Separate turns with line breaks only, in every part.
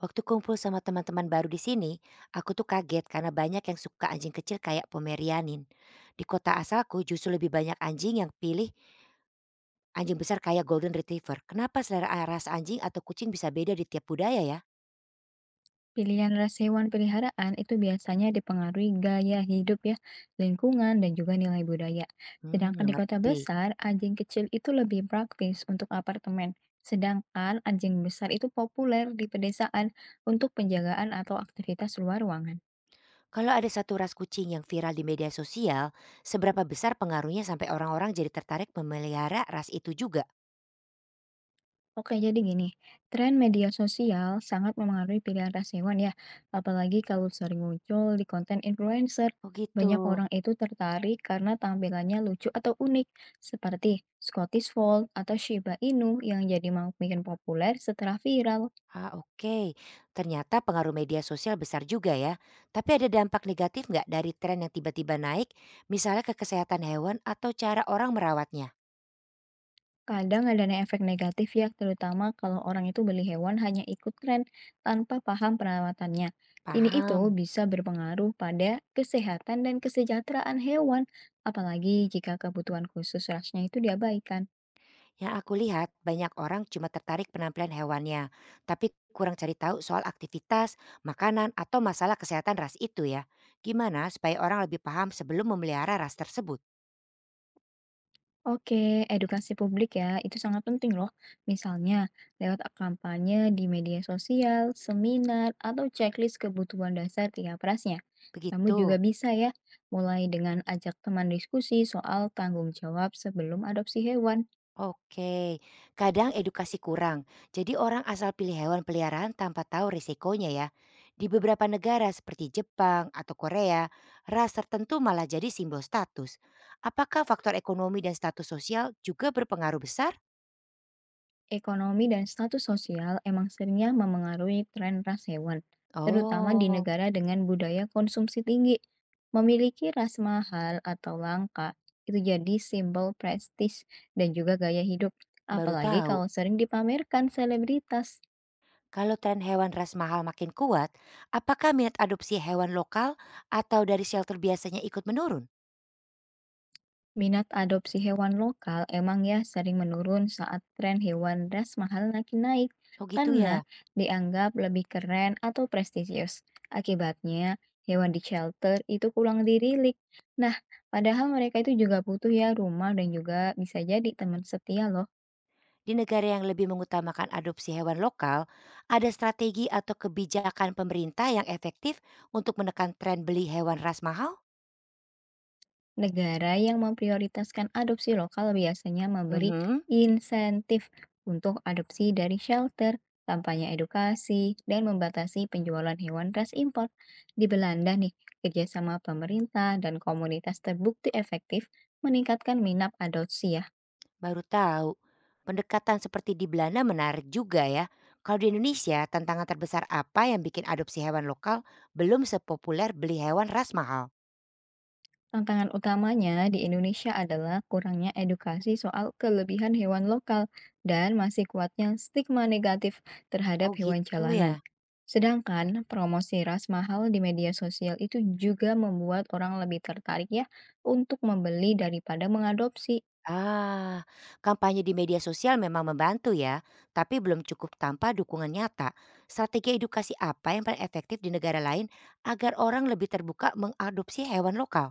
Waktu kumpul sama teman-teman baru di sini, aku tuh kaget karena banyak yang suka anjing kecil kayak Pomerianin. Di kota asalku justru lebih banyak anjing yang pilih anjing besar kayak Golden Retriever. Kenapa selera ras anjing atau kucing bisa beda di tiap budaya ya?
Pilihan ras hewan peliharaan itu biasanya dipengaruhi gaya hidup ya, lingkungan, dan juga nilai budaya.
Hmm,
Sedangkan di kota
mengerti.
besar, anjing kecil itu lebih praktis untuk apartemen. Sedangkan anjing besar itu populer di pedesaan untuk penjagaan atau aktivitas luar ruangan.
Kalau ada satu ras kucing yang viral di media sosial, seberapa besar pengaruhnya sampai orang-orang jadi tertarik memelihara ras itu juga?
Oke, jadi gini, tren media sosial sangat mempengaruhi pilihan ras hewan ya, apalagi kalau sering muncul di konten influencer.
Oh gitu.
Banyak orang itu tertarik karena tampilannya lucu atau unik, seperti Scottish Fold atau Shiba Inu yang jadi makin populer setelah viral.
Ah, oke. Ternyata pengaruh media sosial besar juga ya. Tapi ada dampak negatif nggak dari tren yang tiba-tiba naik, misalnya ke kesehatan hewan atau cara orang merawatnya?
Kadang ada efek negatif ya, terutama kalau orang itu beli hewan hanya ikut tren tanpa paham perawatannya. Ini itu
Paham.
bisa berpengaruh pada kesehatan dan kesejahteraan hewan, apalagi jika kebutuhan khusus rasnya itu diabaikan.
Yang aku lihat banyak orang cuma tertarik penampilan hewannya, tapi kurang cari tahu soal aktivitas, makanan, atau masalah kesehatan ras itu ya. Gimana supaya orang lebih paham sebelum memelihara ras tersebut?
Oke, edukasi publik ya, itu sangat penting loh. Misalnya, lewat kampanye di media sosial, seminar, atau checklist kebutuhan dasar tiap rasnya.
Begitu.
Kamu juga bisa ya, mulai dengan ajak teman diskusi soal tanggung jawab sebelum adopsi hewan.
Oke, kadang edukasi kurang. Jadi orang asal pilih hewan peliharaan tanpa tahu risikonya ya. Di beberapa negara seperti Jepang atau Korea, ras tertentu malah jadi simbol status. Apakah faktor ekonomi dan status sosial juga berpengaruh besar?
Ekonomi dan status sosial emang seringnya memengaruhi tren ras hewan, terutama di
Oh,
negara dengan budaya konsumsi tinggi. Memiliki ras mahal atau langka itu jadi simbol prestis dan juga gaya hidup,
baru
apalagi kalau
tahu.
sering dipamerkan selebritas.
Kalau tren hewan ras mahal makin kuat, apakah minat adopsi hewan lokal atau dari shelter biasanya ikut menurun?
Minat adopsi hewan lokal emang ya sering menurun saat tren hewan ras mahal makin naik
Oh gitu
karena
ya.
dianggap lebih keren atau prestisius. Akibatnya, hewan di shelter itu kurang dirilik. Nah, padahal mereka itu juga butuh ya rumah dan juga bisa jadi teman setia loh.
Di negara yang lebih mengutamakan adopsi hewan lokal, ada strategi atau kebijakan pemerintah yang efektif untuk menekan tren beli hewan ras mahal?
Negara yang memprioritaskan adopsi lokal biasanya memberi
Mhm,
insentif untuk adopsi dari shelter, kampanye edukasi, dan membatasi penjualan hewan ras impor. Di Belanda nih, kerjasama pemerintah dan komunitas terbukti efektif meningkatkan minat adopsi ya.
baru tahu. Pendekatan seperti di Belanda menarik juga ya. Kalau di Indonesia, tantangan terbesar apa yang bikin adopsi hewan lokal belum sepopuler beli hewan ras mahal?
Tantangan utamanya di Indonesia adalah kurangnya edukasi soal kelebihan hewan lokal dan masih kuatnya stigma negatif terhadap
Oh
hewan
gitu
jalanan.
ya.
Sedangkan promosi ras mahal di media sosial itu juga membuat orang lebih tertarik ya untuk membeli daripada mengadopsi.
Ah, kampanye di media sosial memang membantu ya, tapi belum cukup tanpa dukungan nyata. Strategi edukasi apa yang paling efektif di negara lain agar orang lebih terbuka mengadopsi hewan lokal?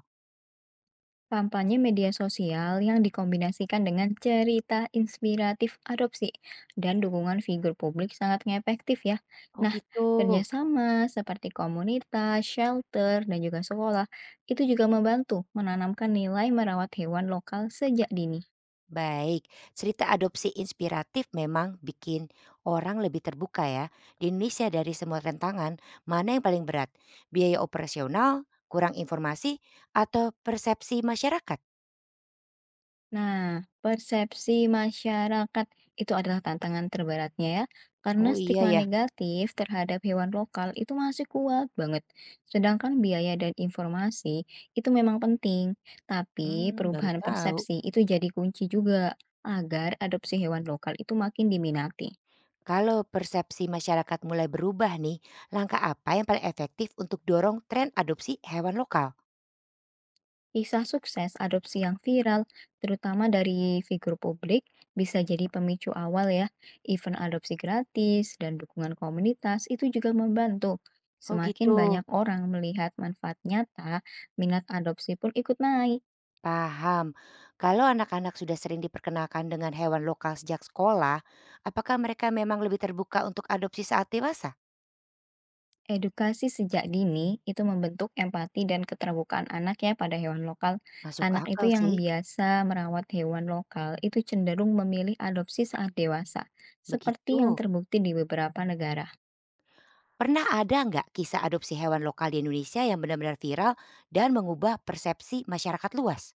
Kampanye media sosial yang dikombinasikan dengan cerita inspiratif adopsi dan dukungan figur publik sangat efektif ya.
Oh
Nah,
gitu.
kerjasama seperti komunitas, shelter, dan juga sekolah itu juga membantu menanamkan nilai merawat hewan lokal sejak dini.
Baik, cerita adopsi inspiratif memang bikin orang lebih terbuka ya. Di Indonesia dari semua tantangan, mana yang paling berat? Biaya operasional, kurang informasi, atau persepsi masyarakat?
Nah, persepsi masyarakat itu adalah tantangan terberatnya ya, karena
Oh iya
stigma
ya,
negatif terhadap hewan lokal itu masih kuat banget. Sedangkan biaya dan informasi itu memang penting, tapi
hmm, baru
perubahan
tahu.
persepsi itu jadi kunci juga agar adopsi hewan lokal itu makin diminati.
Kalau persepsi masyarakat mulai berubah nih, langkah apa yang paling efektif untuk dorong tren adopsi hewan lokal?
Kisah sukses adopsi yang viral, terutama dari figur publik, bisa jadi pemicu awal ya. Event adopsi gratis dan dukungan komunitas itu juga membantu.
Oh
Semakin
gitu,
banyak orang melihat manfaat nyata, minat adopsi pun ikut naik.
paham. Kalau anak-anak sudah sering diperkenalkan dengan hewan lokal sejak sekolah, apakah mereka memang lebih terbuka untuk adopsi saat dewasa?
Edukasi sejak dini itu membentuk empati dan keterbukaan anak ya pada hewan lokal.
Masuk
Anak itu
akal
yang
sih,
biasa merawat hewan lokal itu cenderung memilih adopsi saat dewasa,
begitu.
seperti yang terbukti di beberapa negara.
Pernah ada nggak kisah adopsi hewan lokal di Indonesia yang benar-benar viral dan mengubah persepsi masyarakat luas?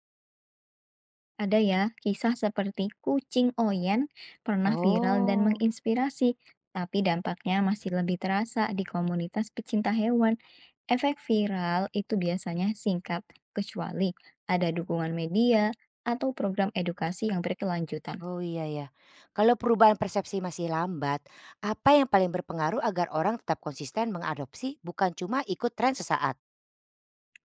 Ada ya, kisah seperti kucing Oyen pernah viral dan
Oh.
menginspirasi, tapi dampaknya masih lebih terasa di komunitas pecinta hewan. Efek viral itu biasanya singkat, kecuali ada dukungan media atau program edukasi yang berkelanjutan.
Oh iya ya. Kalau perubahan persepsi masih lambat, apa yang paling berpengaruh agar orang tetap konsisten mengadopsi bukan cuma ikut tren sesaat?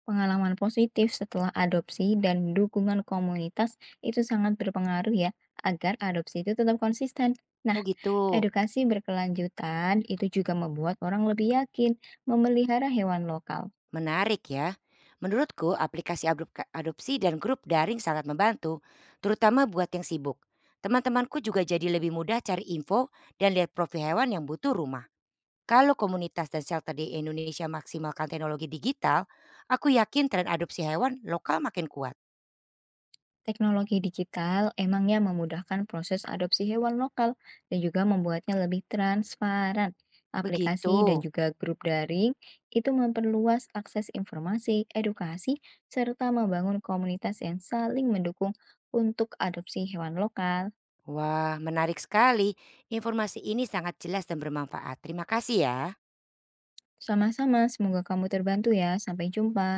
Pengalaman positif setelah adopsi dan dukungan komunitas itu sangat berpengaruh ya, agar adopsi itu tetap konsisten. Nah,
Oh gitu.
edukasi berkelanjutan itu juga membuat orang lebih yakin memelihara hewan lokal.
Menarik ya. Menurutku aplikasi adopsi dan grup daring sangat membantu, terutama buat yang sibuk. Teman-temanku juga jadi lebih mudah cari info dan lihat profil hewan yang butuh rumah. Kalau komunitas dan shelter di Indonesia maksimalkan teknologi digital, aku yakin tren adopsi hewan lokal makin kuat.
Teknologi digital emangnya memudahkan proses adopsi hewan lokal dan juga membuatnya lebih transparan.
Begitu.
Aplikasi dan juga grup daring itu memperluas akses informasi, edukasi, serta membangun komunitas yang saling mendukung untuk adopsi hewan lokal.
Wah, menarik sekali. Informasi ini sangat jelas dan bermanfaat. Terima kasih ya.
Sama-sama, semoga kamu terbantu ya. Sampai jumpa.